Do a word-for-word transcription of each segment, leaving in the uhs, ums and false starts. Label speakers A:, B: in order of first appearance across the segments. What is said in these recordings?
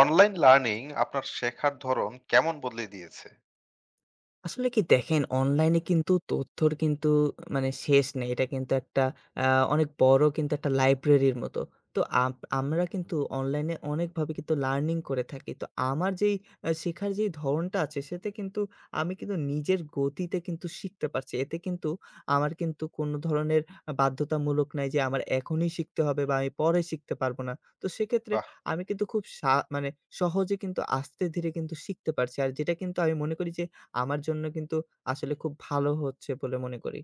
A: Online learning আপনার শেখার ধরন কেমন বদলে দিয়েছে?
B: আসলে কি দেখেন, অনলাইনে কিন্তু তথ্যর কিন্তু মানে শেষ নেই। এটা কিন্তু একটা আ অনেক বড় কিন্তু একটা লাইব্রেরির মতো। তো আপ আমরা কিন্তু অনলাইনে অনেকভাবে কিন্তু লার্নিং করে থাকি। তো আমার যেই আ শেখার যেই ধরনটা আছে সেতে কিন্তু আমি কিন্তু নিজের গতিতে কিন্তু শিখতে পারছি। এতে কিন্তু আমার কিন্তু কোনো ধরনের আ বাধ্যতামূলক নাই যে আমার এখনই শিখতে হবে বা আমি পরে শিখতে পারব না। তো সেক্ষেত্রে
A: বাহ!
B: আমি কিন্তু খুব সা মানে সহজে কিন্তু আস্তে ধীরে কিন্তু শিখতে পারছি। আর যেটা কিন্তু আমি মনে করি যে আমার জন্য কিন্তু আসলে খুব ভালো হচ্ছে বলে মনে করি।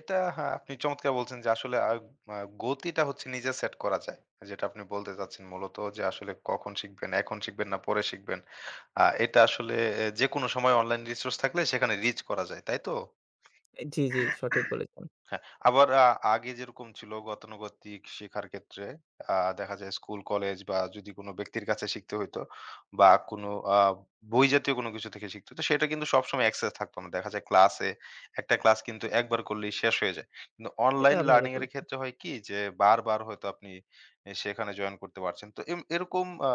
A: এটা হ্যাঁ, আপনি চমৎকার বলছেন যে আসলে আ আ গতিটা হচ্ছে নিজে সেট করা যায়। যেটা আপনি বলতে চাচ্ছেন মূলত যে আসলে কখন শিখবেন, এখন শিখবেন না পরে শিখবেন। আ এটা আসলে এ যেকোনো সময় অনলাইন রিসোর্স থাকলে সেখানে রিচ করা যায়, তাই তো?
B: জি, জি, সঠিক বলেছেন।
A: হ্যাঁ, আবার আ আগে যেরকম ছিল গতানুগতিক শেখার ক্ষেত্রে আ দেখা যায় স্কুল, কলেজ বা যদি কোনো ব্যক্তির কাছে শিখতে হইতো বা কোনো আ বই জাতীয় কোনো কিছু থেকে শিখতে হতো, সেটা কিন্তু সবসময় অ্যাক্সেস থাকতো না। দেখা যায় ক্লাসে একটা ক্লাস কিন্তু একবার করলেই শেষ হয়ে যায়। কিন্তু
B: এটা
A: অনলাইন
B: ভালো
A: লার্নিং এর
B: বলেছেন।
A: ক্ষেত্রে হয় কি যে বারবার হয়তো আপনি এ সেখানে জয়েন করতে পারছেন। তো এম এরকম আ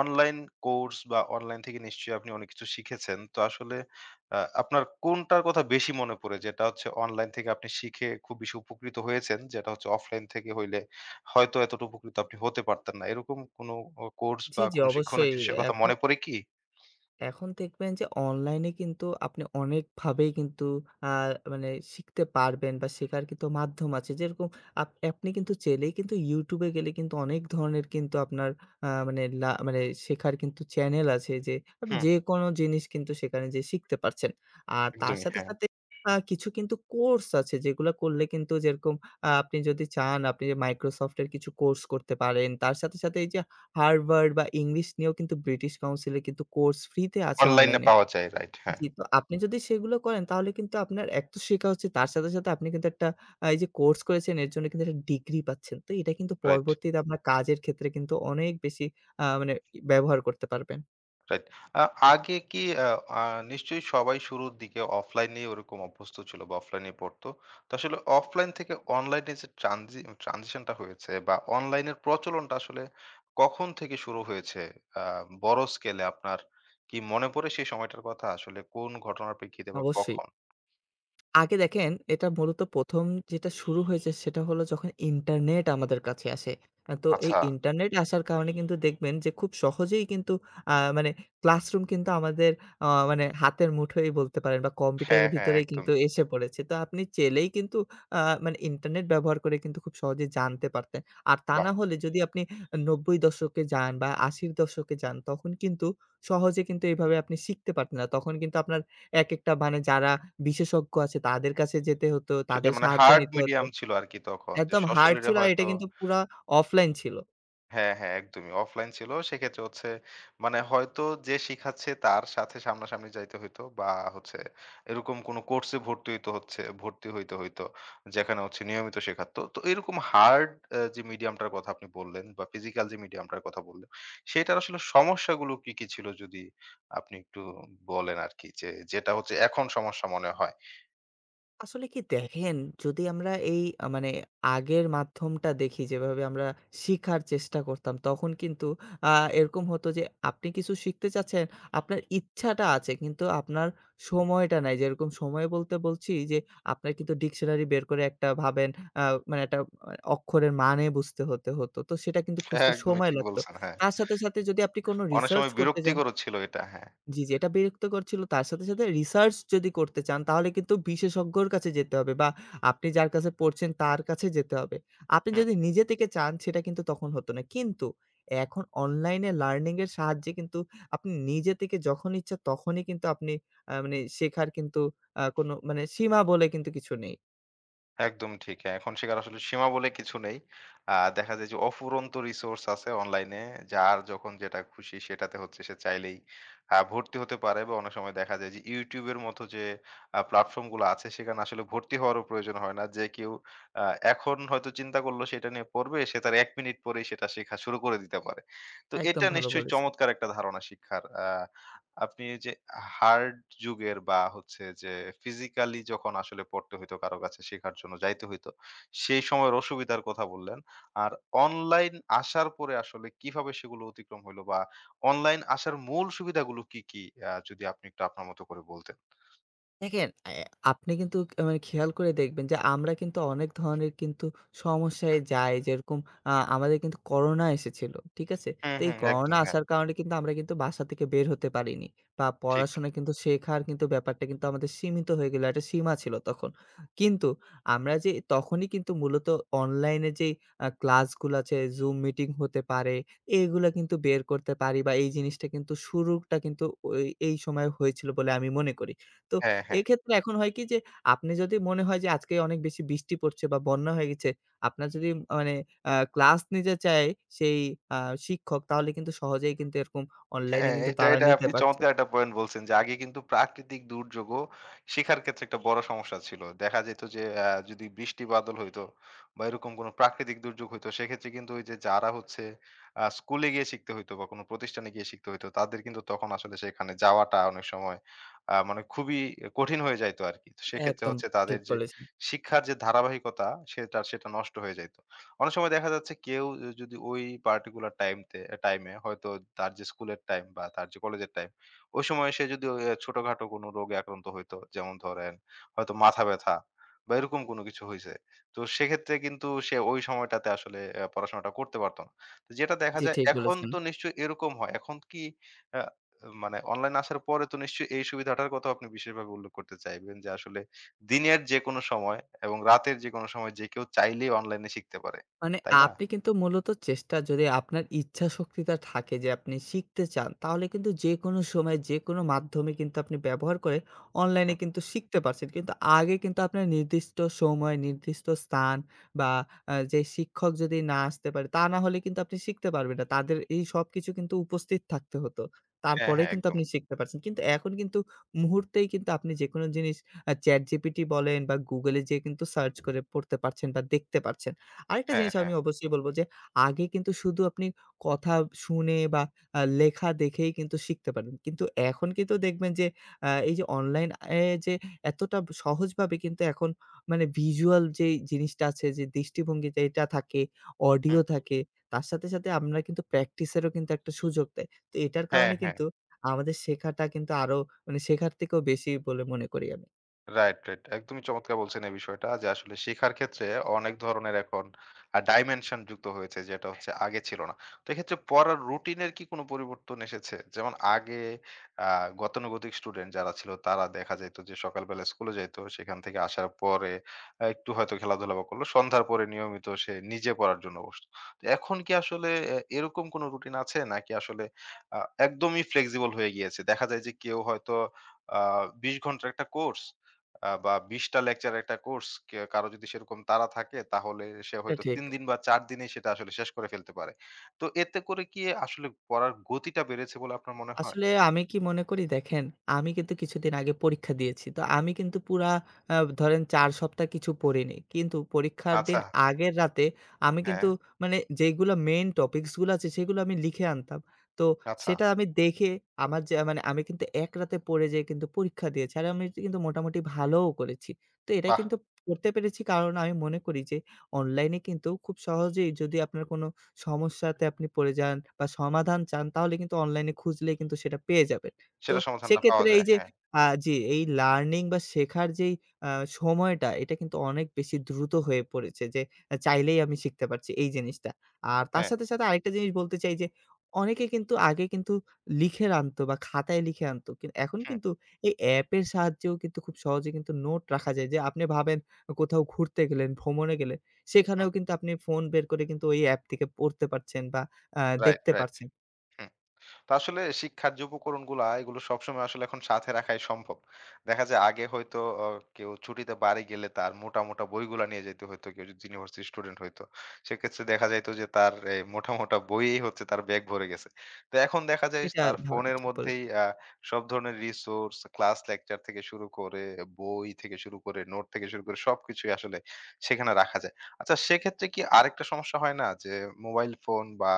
A: অনলাইন কোর্স বা অনলাইন থেকে নিশ্চয়ই আপনি অনেক কিছু শিখেছেন। তো আসলে আ আপনার কোনটার কথা বেশি মনে পড়ে? যেটা হচ্ছে অনলাইন থেকে আপনি শিখে খুব বেশি উপকৃত হয়েছেন, যেটা হচ্ছে অফলাইন থেকে হইলে হয়তো এতটা উপকৃত আপনি হতে পারতেন না। এরকম কোনো অ কোর্স
B: জি,
A: বা
B: জি,
A: কোনো শিক্ষণীয়
B: অবশ্যই।
A: জিনিসের কথা মনে
B: এখন
A: পড়ে কি?
B: এখন দেখবেন যে অনলাইনে কিন্তু আপনি অনেকভাবেই কিন্তু আ মানে শিখতে পারবেন বা শেখার কিন্তু মাধ্যম আছে। যেরকম আপ আপনি কিন্তু চাইলেই কিন্তু YouTube এ গেলে কিন্তু অনেক ধরনের কিন্তু আপনার আ মানে লা মানে শেখার কিন্তু চ্যানেল আছে যে আপনি
A: হুম,
B: যেকোনো জিনিস কিন্তু সেখানে যেয়ে শিখতে পারছেন। আর তার
A: একদমই
B: সাথে,
A: হ্যাঁ।
B: সাথে আ কিছু কিন্তু কোর্স আছে যেগুলা করলে কিন্তু যেরকম আ আপনি যদি চান আপনি Microsoft এর কিছু কোর্স করতে পারেন। তার সাথে, সাথে এই যে হার্ভার্ড বা ইংলিশ নিয়েও কিন্তু ব্রিটিশ কাউন্সিলে কিন্তু কোর্স ফ্রি তে আছে
A: অনলাইনে
B: অনলাইনে।
A: পাওয়া যায়। রাইট, হ্যাঁ,
B: জি, তো আপনি যদি সেগুলো করেন তাহলে কিন্তু আপনার এক তো শেখা হচ্ছে তার সাথে, সাথে আপনি কিন্তু একটা আ এই যে কোর্স করেছেন এর জন্য কিন্তু একটা ডিগ্রি পাচ্ছেন। তো এটা কিন্তু
A: রাইট।
B: পরবর্তীতে আপনার কাজের ক্ষেত্রে কিন্তু অনেক বেশি আ মানে ব্যবহার করতে পারবেন।
A: রাইট। আ আগে কি আ আ নিশ্চয়ই সবাই শুরুর দিকে অফলাইনেই ওরকম অভ্যস্ত ছিল বা অফলাইনেই পড়তো। তো আসলে অফলাইন থেকে অনলাইনে যে ট্রানজি ট্রানজিশন টা হয়েছে বা অনলাইনের প্রচলনটা আসলে কখন থেকে শুরু হয়েছে? আ বড় স্কেলে আপনার কি মনে পড়ে সেই সময়টার কথা? আসলে কোন ঘটনার প্রেক্ষিতে বা
B: অবশ্যই।
A: কখন?
B: আগে দেখেন, এটা মূলত ১ম যেটা শুরু হয়েছে সেটা হলো যখন ইন্টারনেট আমাদের কাছে আসে। আ তো এই
A: আচ্ছা।
B: ইন্টারনেট আসার কারণে কিন্তু দেখবেন যে খুব সহজেই কিন্তু আ মানে ক্লাসরুম কিন্তু আমাদের আ মানে হাতের মুঠোয় বলতে পারেন বা
A: হ্যাঁ,
B: কম্পিউটারের
A: হ্যাঁ
B: ভিতরেই
A: একদম।
B: কিন্তু এসে পড়েছে। তো আপনি চাইলেই কিন্তু আ মানে ইন্টারনেট ব্যবহার করে কিন্তু খুব সহজেই জানতে পারতেন। আর তা
A: বাহ!
B: না হলে যদি আপনি নব্বই দশকে যান বা আশি দশকে যান তখন কিন্তু সহজে কিন্তু এভাবে আপনি শিখতে পারতেন না। তখন কিন্তু আপনার একেকটা মানে যারা বিশেষজ্ঞ আছে তাদের কাছে যেতে হতো,
A: সেটা
B: তাদের
A: মানে
B: সাহায্য
A: হার্ড
B: নিতে হতো।
A: মিডিয়াম ছিল আরকি তখন যে
B: একদম হার্ড
A: সশরীরে
B: ছিল আর এটা
A: হয়তো
B: কিন্তু পুরা অফলাইন ছিল।
A: হ্যাঁ, হ্যাঁ, একদমই। অফলাইন ছিল। সেক্ষেত্রে হচ্ছে মানে হয়তো যে শিখাচ্ছে তার সাথে সামনাসামনি যাইতে হইতো বা হচ্ছে এরকম কোনো কোর্সে ভর্তি হইতে হচ্ছে ভর্তি হইতে হইতো। যেখানে হচ্ছে নিয়মিত শেখাতো। তো এরকম হার্ড আ যে মিডিয়ামটার কথা আপনি বললেন বা ফিজিক্যাল যে মিডিয়ামটার কথা বললেন, সেটার আসলে সমস্যাগুলো কি, কি ছিল যদি আপনি একটু বলেন আরকি যে, যেটা হচ্ছে এখন সমস্যা মনে হয়?
B: আসলে কি দেখেন, যদি আমরা এই আ মানে আগের মাধ্যমটা দেখি যেভাবে আমরা শিখার চেষ্টা করতাম, তখন কিন্তু আ এরকম হতো যে আপনি কিছু শিখতে চাচ্ছেন, আপনার ইচ্ছাটা আছে কিন্তু আপনার সময়টা নাই। যেরকম সময় বলতে বলছি যে আপনার কিন্তু ডিকশনারি বের করে একটা ভাবেন আ মানে একটা আ অক্ষরের মানে বুঝতে হতে হতো। তো সেটা কিন্তু
A: হ্যাঁ,
B: খুঁজতে
A: একদমই
B: সময়
A: ঠিক
B: লাগতো।
A: বলছেন। হ্যাঁ।
B: তার সাথে, সাথে যদি আপনি কোনো
A: অনেক
B: রিসার্চ
A: সময়
B: করতে যান।
A: বিরক্তিকরও ছিল এটা। হ্যাঁ।
B: জি, জি। এটা বিরক্তিকর ছিল। তার সাথে, সাথে রিসার্চ যদি করতে চান তাহলে কিন্তু বিশেষজ্ঞর কাছে যেতে হবে বা আপনি যার কাছে পড়ছেন তার কাছে যেতে হবে। আপনি
A: হুম।
B: যদি নিজে থেকে চান সেটা কিন্তু তখন হতো না। কিন্তু এখন অনলাইনে লার্নিং এর সাহায্যে কিন্তু আপনি নিজে থেকে যখন ইচ্ছা তখনই কিন্তু আপনি আ মানে শেখার কিন্তু আ কোনো মানে সীমা বলে কিন্তু কিছু নেই।
A: একদম ঠিক। হ্যাঁ, এখন সেখানে আসলে সীমা বলে কিছু নেই। আ দেখা যায় যে অফুরন্ত রিসোর্স আছে অনলাইনে। যার যখন যেটা খুশি সেটাতে হচ্ছে সে চাইলেই আ ভর্তি হতে পারে বা অনেক সময় দেখা যায় যে YouTube এর মতো যে আ প্ল্যাটফর্ম গুলো আছে সেখানে আসলে ভর্তি হওয়ারও প্রয়োজন হয় না। যে কেউ আ এখন হয়তো চিন্তা করলো সেটা নিয়ে পড়বে, সে তার এক মিনিট পরেই সেটা শেখা শুরু করে দিতে পারে। তো
B: একদম
A: এটা
B: ভালো
A: নিশ্চয়ই
B: বলেছেন।
A: চমৎকার একটা ধারণা শিক্ষার। আ আপনি এই যে হার্ড যুগের বা হচ্ছে যে ফিজিক্যালি যখন আসলে পড়তে হইতো কারো কাছে শেখার জন্য যাইতে হইতো সেই সময়ের অসুবিধার কথা বললেন আর অনলাইন আসার পরে আসলে কিভাবে সেগুলো অতিক্রম হইলো বা অনলাইন আসার মূল সুবিধাগুলো কি কি আহ, যদি আপনি একটু আপনার মতো করে বলতেন
B: দেখেন, অ্যা আপনি কিন্তু ক মানে খেয়াল করে দেখবেন যে আমরা কিন্তু অনেক ধরনের কিন্তু সমস্যায় যাই। যেরকম আ আমাদের কিন্তু করোনা এসেছিল। ঠিক আছে?
A: হুম
B: তো এই
A: হুম একদম
B: করোনা
A: হ্যাঁ
B: আসার কারণে কিন্তু আমরা কিন্তু বাসা থেকে বের হতে পারিনি। বা
A: ঠিক
B: পড়াশোনা কিন্তু শেখার কিন্তু ব্যাপারটা কিন্তু আমাদের সীমিত হয়ে গেল। একটা সীমা ছিল তখন। কিন্তু আমরা যে তখনই কিন্তু মূলত অনলাইনে যেই আ ক্লাসগুলো আছে, Zoom মিটিং হতে পারে, এগুলা কিন্তু বের করতে পারি বা এই জিনিসটা কিন্তু শুরুটা কিন্তু ওই এই সময় হয়েছিল বলে আমি মনে করি। তো
A: হ্যাঁ হ্যাঁ
B: এক্ষেত্রে এখন হয় কি যে, আপনি যদি মনে হয় যে আজকে অনেক বেশি বৃষ্টি পড়ছে বা বন্যা হয়ে গেছে, আপনার যদি মানে আ ক্লাস নিতে চায় সেই আ শিক্ষক, তাহলে কিন্তু সহজেই কিন্তু এরকম অনলাইনে
A: হ্যাঁ,
B: কিন্তু
A: এটা,
B: তারা
A: এটা
B: নিতে
A: আপনি
B: পারছে।
A: চমৎকার একটা পয়েন্ট বলছেন যে আগে কিন্তু প্রাকৃতিক দুর্যোগও শিক্ষার ক্ষেত্রে একটা বড় সমস্যা ছিল। দেখা যেত যে আ যদি বৃষ্টি বাদল হইতো বা এরকম কোনো প্রাকৃতিক দুর্যোগ হইতো সেক্ষেত্রে কিন্তু ওই যে যারা হচ্ছে আ স্কুলে গিয়ে শিখতে হইতো বা কোনো প্রতিষ্ঠানে গিয়ে শিখতে হইতো তাদের কিন্তু তখন আসলে সেখানে যাওয়াটা অনেক সময় আ মানে খুবই কঠিন হয়ে যাইতো আরকি। তো সেক্ষেত্রে
B: একদম
A: হচ্ছে তাদের
B: ঠিক
A: যে
B: বলেছেন।
A: শিক্ষার যে ধারাবাহিকতা সেটা, সেটা নষ্ট হয়ে যাইত। অনেক সময় দেখা যাচ্ছে কেউ যদি ওই পার্টিকুলার টাইমতে টাইমে হয়তো তার যে স্কুলের টাইম বা তার যে কলেজের টাইম ওই সময় সে যদি ওই, আহ, ছোটখাটো কোনো রোগে আক্রান্ত হইতো যেমন ধরেন হয়তো মাথা ব্যথা বা এরকম কোনো কিছু হয়েছে তো সেক্ষেত্রে কিন্তু সে ওই সময়টাতে আসলে আহ, পড়াশোনাটা করতে পারতো না তো যেটা দেখা
B: জি,
A: যায়
B: ঠিক
A: এখন
B: বলেছেন।
A: তো নিশ্চয়ই এরকম হয় এখন কি আহ, মানে অনলাইন আসার পরে তো নিশ্চয়ই এই সুবিধাটার কথা আপনি বিশেষভাবে উল্লেখ করতে চাইবেন যে আসলে দিনের যে কোনো সময় এবং রাতের যে কোনো সময় যে কেউ চাইলেই অনলাইনে শিখতে পারে
B: মানে
A: তাই না?
B: আপনি কিন্তু মূলত চেষ্টা যদি আপনার ইচ্ছা শক্তিটা থাকে যে আপনি শিখতে চান, তাহলে কিন্তু যেকোনো সময় যেকোনো মাধ্যমে কিন্তু আপনি ব্যবহার করে অনলাইনে
A: হুম।
B: কিন্তু শিখতে পারছেন। কিন্তু আগে কিন্তু আপনার নির্দিষ্ট সময়, নির্দিষ্ট স্থান বা আ যে শিক্ষক যদি না আসতে পারে, তা না হলে কিন্তু আপনি শিখতে পারবেন না। তাদের এই সবকিছু কিন্তু উপস্থিত থাকতে হতো।
A: হ্যাঁ,
B: তারপরেই
A: হ্যাঁ,
B: কিন্তু
A: একদম।
B: আপনি শিখতে পারছেন। কিন্তু এখন কিন্তু মুহূর্তেই কিন্তু আপনি যেকোনো জিনিস আ ChatGPT বলেন বা Google এ যেয়ে কিন্তু সার্চ করে পড়তে পারছেন বা দেখতে পারছেন। আরেকটা
A: হ্যাঁ,
B: জিনিস
A: হ্যাঁ।
B: আমি অবশ্যই বলব যে, আগে কিন্তু শুধু আপনি কথা শুনে বা আ লেখা দেখেই কিন্তু শিখতে পারেন। কিন্তু এখন কিন্তু দেখবেন যে, আ এই যে অনলাইন এ যে এতটা সহজভাবে কিন্তু এখন মানে ভিজুয়াল যেই জিনিসটা আছে যে দৃষ্টিভঙ্গি যেটা থাকে,
A: হুম।
B: অডিও থাকে, তার সাথে, সাথে আমরা কিন্তু প্র্যাকটিসেরও কিন্তু একটা সুযোগ দেয়। তো এটার
A: হ্যাঁ,
B: কারণে
A: হ্যাঁ।
B: কিন্তু আমাদের শেখাটা কিন্তু আরো মানে শেখার থেকেও বেশি বলে মনে করি আমি।
A: Right, right. একদমই চমৎকার বলছেন এই বিষয়টা যে আসলে শেখার ক্ষেত্রে অনেক ধরনের এখন আ ডাইমেনশন যুক্ত হয়েছে যেটা হচ্ছে আগে ছিল না। তো এক্ষেত্রে পড়ার রুটিনের কি কোনো পরিবর্তন এসেছে? যেমন আগে আ গতানুগতিক স্টুডেন্ট যারা ছিল তারা দেখা যাইত যে সকালবেলা স্কুলে যাইত। সেখান থেকে আসার পরে আ একটু হয়তো খেলাধুলা বা করলো। সন্ধ্যার পরে নিয়মিত সে নিজে পড়ার জন্য বসত। তো এখন কি আসলে এ এরকম কোনো রুটিন আছে? নাকি আসলে আ একদমই ফ্লেক্সিবল হয়ে গিয়েছে? দেখা যায় যে কেউ হয়তো আ বিশ ঘন্টার একটা কোর্স আ বা বিশ টা লেকচারের একটা কোর্স কে কারো যদি সেরকম তাড়া থাকে তাহলে সে
B: এটা
A: হয়তো
B: ঠিক।
A: তিন দিন বা চার দিনেই সেটা আসলে শেষ করে ফেলতে পারে। তো এতে করে কি আসলে পড়ার গতিটা বেড়েছে বলে আপনার মনে হয়?
B: আসলে আমি কি মনে করি দেখেন, আমি কিন্তু কিছুদিন আগে পরীক্ষা দিয়েছি। তো আমি কিন্তু পুরা আ ধরেন চার সপ্তাহ কিছু পড়িনি। কিন্তু পরীক্ষার দিন
A: আচ্ছা,
B: আগের রাতে আমি
A: হ্যাঁ,
B: কিন্তু মানে যেইগুলা মেইন টপিকস গুলো আছে সেগুলো আমি লিখে আনতাম। তো
A: আচ্ছা,
B: সেটা আমি দেখে আমার যে মানে আমি কিন্তু এক রাতে পড়ে যেয়ে কিন্তু পরীক্ষা দিয়েছি। আর আমি কিন্তু মোটামুটি ভালোও করেছি। তো এটা
A: বাহ!
B: কিন্তু করতে পেরেছি কারণ আমি মনে করি যে অনলাইনে কিন্তু খুব সহজেই যদি আপনার কোনো সমস্যাতে আপনি পড়ে যান বা সমাধান চান তাহলে কিন্তু অনলাইনে খুঁজলে কিন্তু সেটা পেয়ে যাবেন। তো
A: সেটার সমাধানটা পাওয়া
B: সেক্ষেত্রে
A: যায়।
B: এই যে
A: হ্যাঁ,
B: আ জি, এই লার্নিং বা শেখার যেই আ সময়টা এটা কিন্তু অনেক বেশি দ্রুত হয়ে পড়েছে যে আ চাইলেই আমি শিখতে পারছি এই জিনিসটা। আর তার
A: হ্যাঁ।
B: সাথে, সাথে আরেকটা জিনিস বলতে চাই যে অনেকে কিন্তু আগে কিন্তু লিখে আনতো বা খাতায় লিখে আনতো। কিন এখন
A: হুম,
B: কিন্তু এই অ্যাপের সাহায্যেও কিন্তু খুব সহজে কিন্তু নোট রাখা যায় যে আপনি ভাবেন কোথাও ঘুরতে গেলেন, ভ্রমণে গেলেন
A: হুম।
B: সেখানেও কিন্তু আপনি ফোন বের করে কিন্তু ওই অ্যাপ থেকে পড়তে পারছেন বা আ
A: রাইট,
B: দেখতে
A: রাইট।
B: পারছেন।
A: হুম। তো আসলে শিক্ষার যে উপকরণগুলা এগুলো সবসময় আসলে এখন সাথে রাখাই সম্ভব। দেখা যায় আগে হয়তো অ কেউ ছুটিতে বাড়ি গেলে তার মোটা, মোটা বইগুলা নিয়ে যাইতে হইতো। কেউ যদি ইউনিভার্সিটি স্টুডেন্ট হইতো। সেক্ষেত্রে দেখা যাইত যে তার এই মোটা, মোটা বইয়েই হচ্ছে তার ব্যাগ ভরে গেছে। তো এখন দেখা যায়
B: এটা
A: তার
B: ভা
A: ফোনের
B: ঠিক
A: মধ্যেই
B: বলেছেন।
A: আ সব ধরনের রিসোর্স, ক্লাস লেকচার থেকে শুরু করে বই থেকে শুরু করে নোট থেকে শুরু করে সবকিছুই আসলে সেখানে রাখা যায়। আচ্ছা সেক্ষেত্রে কি আরেকটা সমস্যা হয় না যে মোবাইল ফোন বা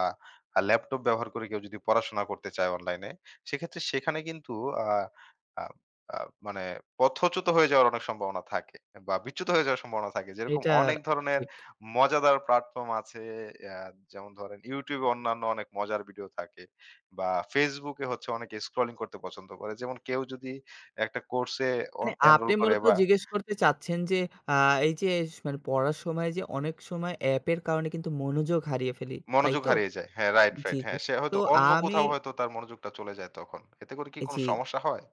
A: আর ল্যাপটপ ব্যবহার করে কেউ যদি পড়াশোনা করতে চায় অনলাইনে, সেক্ষেত্রে সেখানে কিন্তু আ আ আ মানে পথচ্যুত হয়ে যাওয়ার অনেক সম্ভাবনা থাকে বা বিচ্যুত হয়ে যাওয়ার সম্ভাবনা থাকে। যেরকম
B: এটা
A: অনেক ধরনের
B: ঠিক।
A: মজাদার প্ল্যাটফর্ম আছে আ যেমন ধরেন YouTube এ অন্যান্য অনেক মজার ভিডিও থাকে বা Facebook এ হচ্ছে অনেকে স্ক্রলিং করতে পছন্দ করে। যেমন কেউ যদি একটা কোর্সে অন
B: মানে
A: এনরোল
B: আপনি
A: করে
B: মূলত
A: বা
B: জিজ্ঞেস করতে চাচ্ছেন যে আ এই যে স মানে পড়ার সময় যে অনেক সময় অ্যাপের কারণে কিন্তু মনোযোগ হারিয়ে ফেলি। তাই
A: মনোযোগ
B: তো?
A: হারিয়ে যায়। হ্যাঁ, রাইট,
B: জি,
A: রাইট।
B: জি।
A: হ্যাঁ, সে
B: তো
A: হয়তো অন্য
B: আমি
A: কোথাও হয়তো তার মনোযোগটা চলে যায় তখন। এতে করে কি কোনো
B: জি।
A: সমস্যা হয়?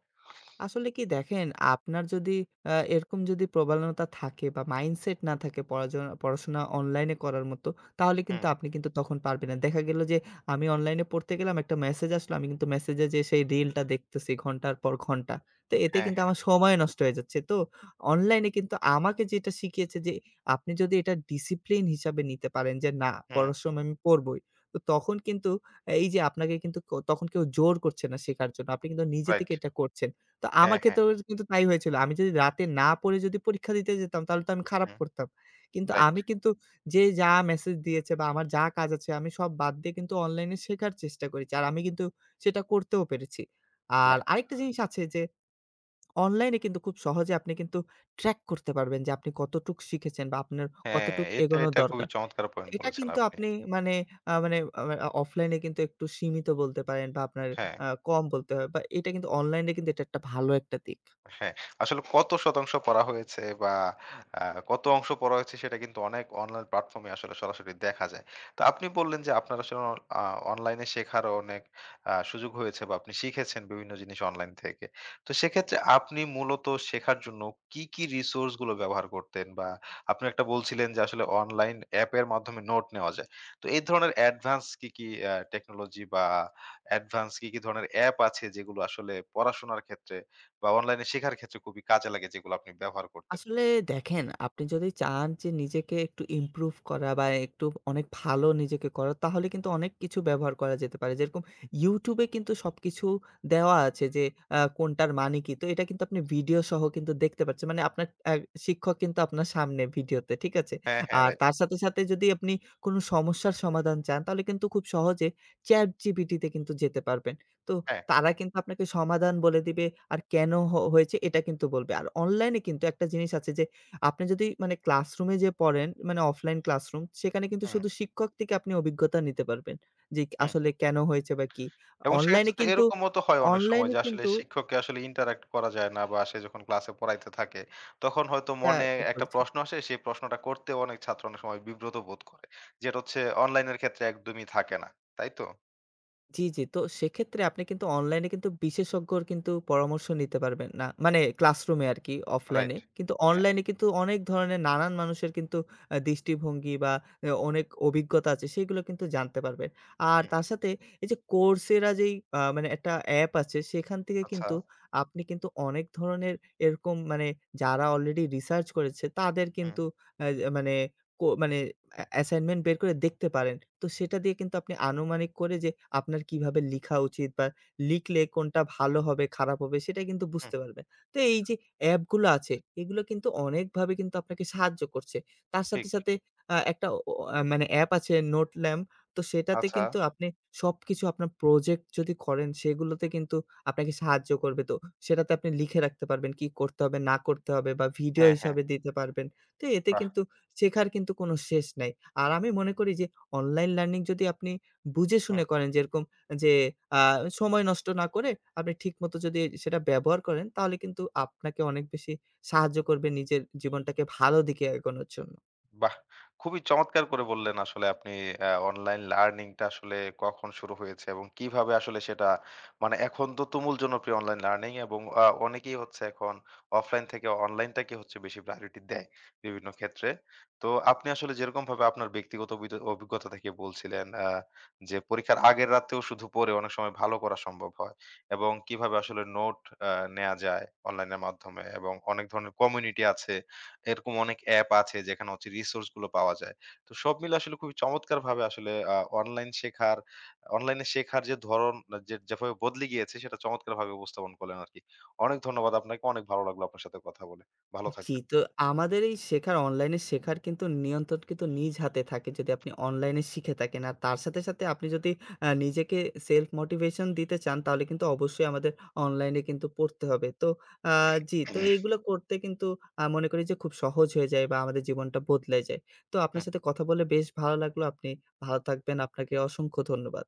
B: আসলে কি দেখেন, আপনার যদি আ এরকম যদি প্রবণতা থাকে বা মাইন্ডসেট না থাকে পড়াজনা পড়াশোনা অনলাইনে করার মতো, তাহলে
A: হুম,
B: কিন্তু আপনি কিন্তু তখন পারবেন না। দেখা গেল যে আমি অনলাইনে পড়তে গেলাম, একটা মেসেজ আসলো, আমি কিন্তু মেসেজে যেয়ে সেই রিলটা দেখতেছি ঘন্টার পর ঘন্টা। তো এতে
A: হ্যাঁ,
B: কিন্তু
A: হ্যাঁ।
B: আমার সময় নষ্ট হয়ে যাচ্ছে। তো অনলাইনে কিন্তু আমাকে যেটা শিখিয়েছে যে, আপনি যদি এটা ডিসিপ্লিন হিসাবে নিতে পারেন যে, না
A: হুম,
B: পড়ার সময় আমি পড়বই। তো তখন কিন্তু এই যে আপনাকে কিন্তু ক তখন কেউ জোর করছে না শেখার জন্য। আপনি কিন্তু নিজে
A: রাইট।
B: থেকে এটা করছেন। তো আমার
A: হ্যাঁ, হ্যাঁ।
B: ক্ষেত্রেও কিন্তু তাই হয়েছিল। আমি যদি রাতে না পড়ে যদি পরীক্ষা দিতে যেতাম তাহলে তো আমি খারাপ
A: হুম,
B: করতাম। কিন্তু
A: রাইট।
B: আমি কিন্তু যে যা মেসেজ দিয়েছে বা আমার যা কাজ আছে আমি সব বাদ দিয়ে কিন্তু অনলাইনে শেখার চেষ্টা করেছি। আর আমি কিন্তু সেটা করতেও পেরেছি। আর
A: বাহ!
B: আরেকটা জিনিস আছে যে অনলাইনে কিন্তু খুব সহজে আপনি কিন্তু ট্র্যাক করতে পারবেন যে আপনি কতটুক শিখেছেন বা আপনার
A: হ্যাঁ,
B: কতটুক
A: এটা,
B: এগোনো
A: এটা খুবই
B: দরকার।
A: চমৎকার পয়েন্ট
B: এটা
A: বলেছেন
B: কিন্তু
A: আপনি।
B: আপনি মানে আ মানে আ মানে, আ অফলাইনে কিন্তু একটু সীমিত বলতে পারেন বা আপনার
A: হ্যাঁ।
B: আ কম বলতে হয় বা এটা কিন্তু অনলাইনে কিন্তু এটা একটা ভালো একটা দিক।
A: হ্যাঁ, আসলে কত শতাংশ পড়া হয়েছে বা আ কত অংশ পড়া হয়েছে সেটা কিন্তু অনেক অনলাইন প্ল্যাটফর্মে আসলে সরাসরি দেখা যায়। তো আপনি বললেন যে আপনার আসলে অ আ অনলাইনে শেখারও অনেক আ সুযোগ হয়েছে বা আপনি শিখেছেন বিভিন্ন জিনিস অনলাইন থেকে। তো সেক্ষেত্রে আপনি মূলত শেখার জন্য কি, কি রিসোর্স গুলো ব্যবহার করতেন? বা আপনি একটা বলছিলেন যে আসলে অনলাইন অ্যাপের মাধ্যমে নোট নেওয়া যায়। তো এই ধরনের অ্যাডভান্স কি, কি আ টেকনোলজি বা অ্যাডভান্স কি, কি ধরনের অ্যাপ আছে যেগুলো আসলে পড়াশোনার ক্ষেত্রে বা অনলাইনে শেখার ক্ষেত্রে খুবই কাজে লাগে যেগুলো আপনি ব্যবহার করতেন।
B: আসলে দেখেন, আপনি যদি চান যে নিজেকে একটু ইমপ্রুভ করা বা একটু অনেক ভালো নিজেকে করা, তাহলে কিন্তু অনেক কিছু ব্যবহার করা যেতে পারে। যেরকম YouTube এ কিন্তু সবকিছু দেওয়া আছে যে আ কোনটার মানে কি। তো এটা কিন্তু আপনি ভিডিও সহ কিন্তু দেখতে পাচ্ছেন। মানে আপনার অ্যা শিক্ষক কিন্তু আপনার সামনে ভিডিওতে, ঠিক আছে?
A: হ্যাঁ, হ্যাঁ,
B: আর
A: রাইট।
B: তার সাথে, সাথে যদি আপনি কোনো সমস্যার সমাধান চান, তাহলে কিন্তু খুব সহজে ChatGPT তে কিন্তু যেতে পারবেন। তো
A: হ্যাঁ,
B: তারা কিন্তু আপনাকে সমাধান বলে দিবে। আর কেন হ হয়েছে এটা কিন্তু বলবে। আর অনলাইনে কিন্তু একটা জিনিস আছে যে, আপনি যদি মানে ক্লাসরুমে যেয়ে পড়েন, মানে অফলাইন ক্লাসরুম, সেখানে কিন্তু
A: হুম,
B: শুধু শিক্ষক থেকে আপনি অভিজ্ঞতা নিতে পারবেন। যে
A: হুম।
B: আসলে কেন হয়েছে বা কি।
A: এবং সেক্ষেত্রে
B: অনলাইনে
A: তো
B: কিন্তু
A: এরকমও তো হয় অনেক সময়
B: অনলাইনে
A: যে আসলে
B: কিন্তু
A: শিক্ষককে আসলে interact করা যায় না বা সে যখন ক্লাসে পড়াইতে থাকে তখন হয়তো
B: হ্যাঁ,
A: মনে
B: ঠিক
A: একটা
B: বলেছেন।
A: প্রশ্ন আসে সেই প্রশ্নটা করতে অনেক ছাত্র অনেক সময় বিব্রত বোধ করে। যেটা হচ্ছে অনলাইনের ক্ষেত্রে একদমই থাকে না। তাই তো?
B: জি, জি। তো সেক্ষেত্রে আপনি কিন্তু অনলাইনে কিন্তু বিশেষজ্ঞর কিন্তু পরামর্শ নিতে পারবেন না। মানে ক্লাসরুমে আরকি
A: রাইট।
B: অফলাইনে। কিন্তু
A: হ্যাঁ,
B: অনলাইনে কিন্তু অনেক ধরনের নানান মানুষের কিন্তু আ দৃষ্টিভঙ্গি বা এ অনেক অভিজ্ঞতা আছে সেগুলো কিন্তু জানতে পারবেন। আর
A: হুম,
B: তার সাথে এই যে Coursera যেই আ মানে একটা অ্যাপ আছে সেখান থেকে
A: আচ্ছা,
B: কিন্তু আপনি কিন্তু অনেক ধরনের এরকম মানে যারা অলরেডি রিসার্চ করেছে তাদের
A: হুম,
B: কিন্তু আ মানে কো মানে অ্যা অ্যাসাইনমেন্ট বের করে দেখতে পারেন। তো সেটা দিয়ে কিন্তু আপনি আনুমানিক করে যে আপনার কিভাবে লিখা উচিত বা লিখলে কোনটা ভালো হবে, খারাপ হবে সেটা কিন্তু
A: হুম,
B: বুঝতে পারবেন। তো এই যে অ্যাপগুলো আছে এগুলো কিন্তু অনেকভাবে কিন্তু আপনাকে সাহায্য করছে। তার সাথে,
A: ঠিক।
B: সাথে আ একটা অ আ মানে অ্যাপ আছে নোটল্যাম্প। তো সেটাতে
A: আচ্ছা।
B: কিন্তু আপনি সবকিছু আপনার প্রজেক্ট যদি করেন সেগুলোতে কিন্তু আপনাকে সাহায্য করবে। তো সেটাতে আপনি লিখে রাখতে পারবেন কি করতে হবে, না করতে হবে বা ভিডিও
A: হ্যাঁ, হ্যাঁ,
B: হিসাবে দিতে পারবেন। তো এতে
A: বাহ!
B: কিন্তু শেখার কিন্তু কোনো শেষ নাই। আর আমি মনে করি যে অনলাইন লার্নিং যদি আপনি বুঝে
A: হুম।
B: শুনে করেন যেরকম যে আ সময় নষ্ট না করে আপনি ঠিকমতো যদি সেটা ব্যবহার করেন তাহলে কিন্তু আপনাকে অনেক বেশি সাহায্য করবে নিজের জীবনটাকে ভালো দিকে এগোনোর জন্য।
A: বাহ! খুবই চমৎকার করে বললেন আসলে আপনি আ অনলাইন লার্নিং টা আসলে কখন শুরু হয়েছে এবং কিভাবে আসলে সেটা মানে এখন তো তুমুল জনপ্রিয় অনলাইন লার্নিং এবং আ অনেকেই হচ্ছে এখন অফলাইন থেকে অনলাইনটাকে হচ্ছে বেশি প্রায়োরিটি দেয় বিভিন্ন ক্ষেত্রে। তো আপনি আসলে যেরকমভাবে আপনার ব্যক্তিগত অভিজ অভিজ্ঞতা থেকে বলছিলেন আ যে পরীক্ষার আগের রাতেও শুধু পড়ে অনেক সময় ভালো করা সম্ভব হয় এবং কিভাবে আসলে নোট আ নেয়া যায় অনলাইনের মাধ্যমে এবং অনেক ধরনের কমিউনিটি আছে এরকম অনেক অ্যাপ আছে যেখানে হচ্ছে রিসোর্স গুলো পাওয়া যায়। তো সব মিলে আসলে খুবই চমৎকারভাবে আসলে আ অনলাইন শেখার অনলাইনে শেখার যে ধরন আহ, যে যেভাবে বদলে গিয়েছে সেটা চমৎকারভাবে উপস্থাপন করলেন আরকি। অনেক ধন্যবাদ আপনাকে। অনেক ভালো লাগলো আপনার সাথে কথা বলে। ভালো
B: জি, তো আমাদের এই শেখার অনলাইনে শেখার কিন্তু নিয়ন্ত্রণ কিন্তু নিজ হাতে থাকে যদি আপনি অনলাইনে শিখে থাকেন। আর তার সাথে, সাথে আপনি যদি আ নিজেকে সেলফ মোটিভেশন দিতে চান তাহলে কিন্তু অবশ্যই আমাদের অনলাইনে কিন্তু পড়তে হবে। তো আ জি, তো
A: থাকবেন।
B: এইগুলো করতে কিন্তু আ মনে করি যে খুব সহজ হয়ে যায় বা আমাদের জীবনটা বদলে যায়। তো আপনার সাথে কথা বলে বেশ ভালো লাগলো। আপনি ভালো থাকবেন। আপনাকে অসংখ্য ধন্যবাদ।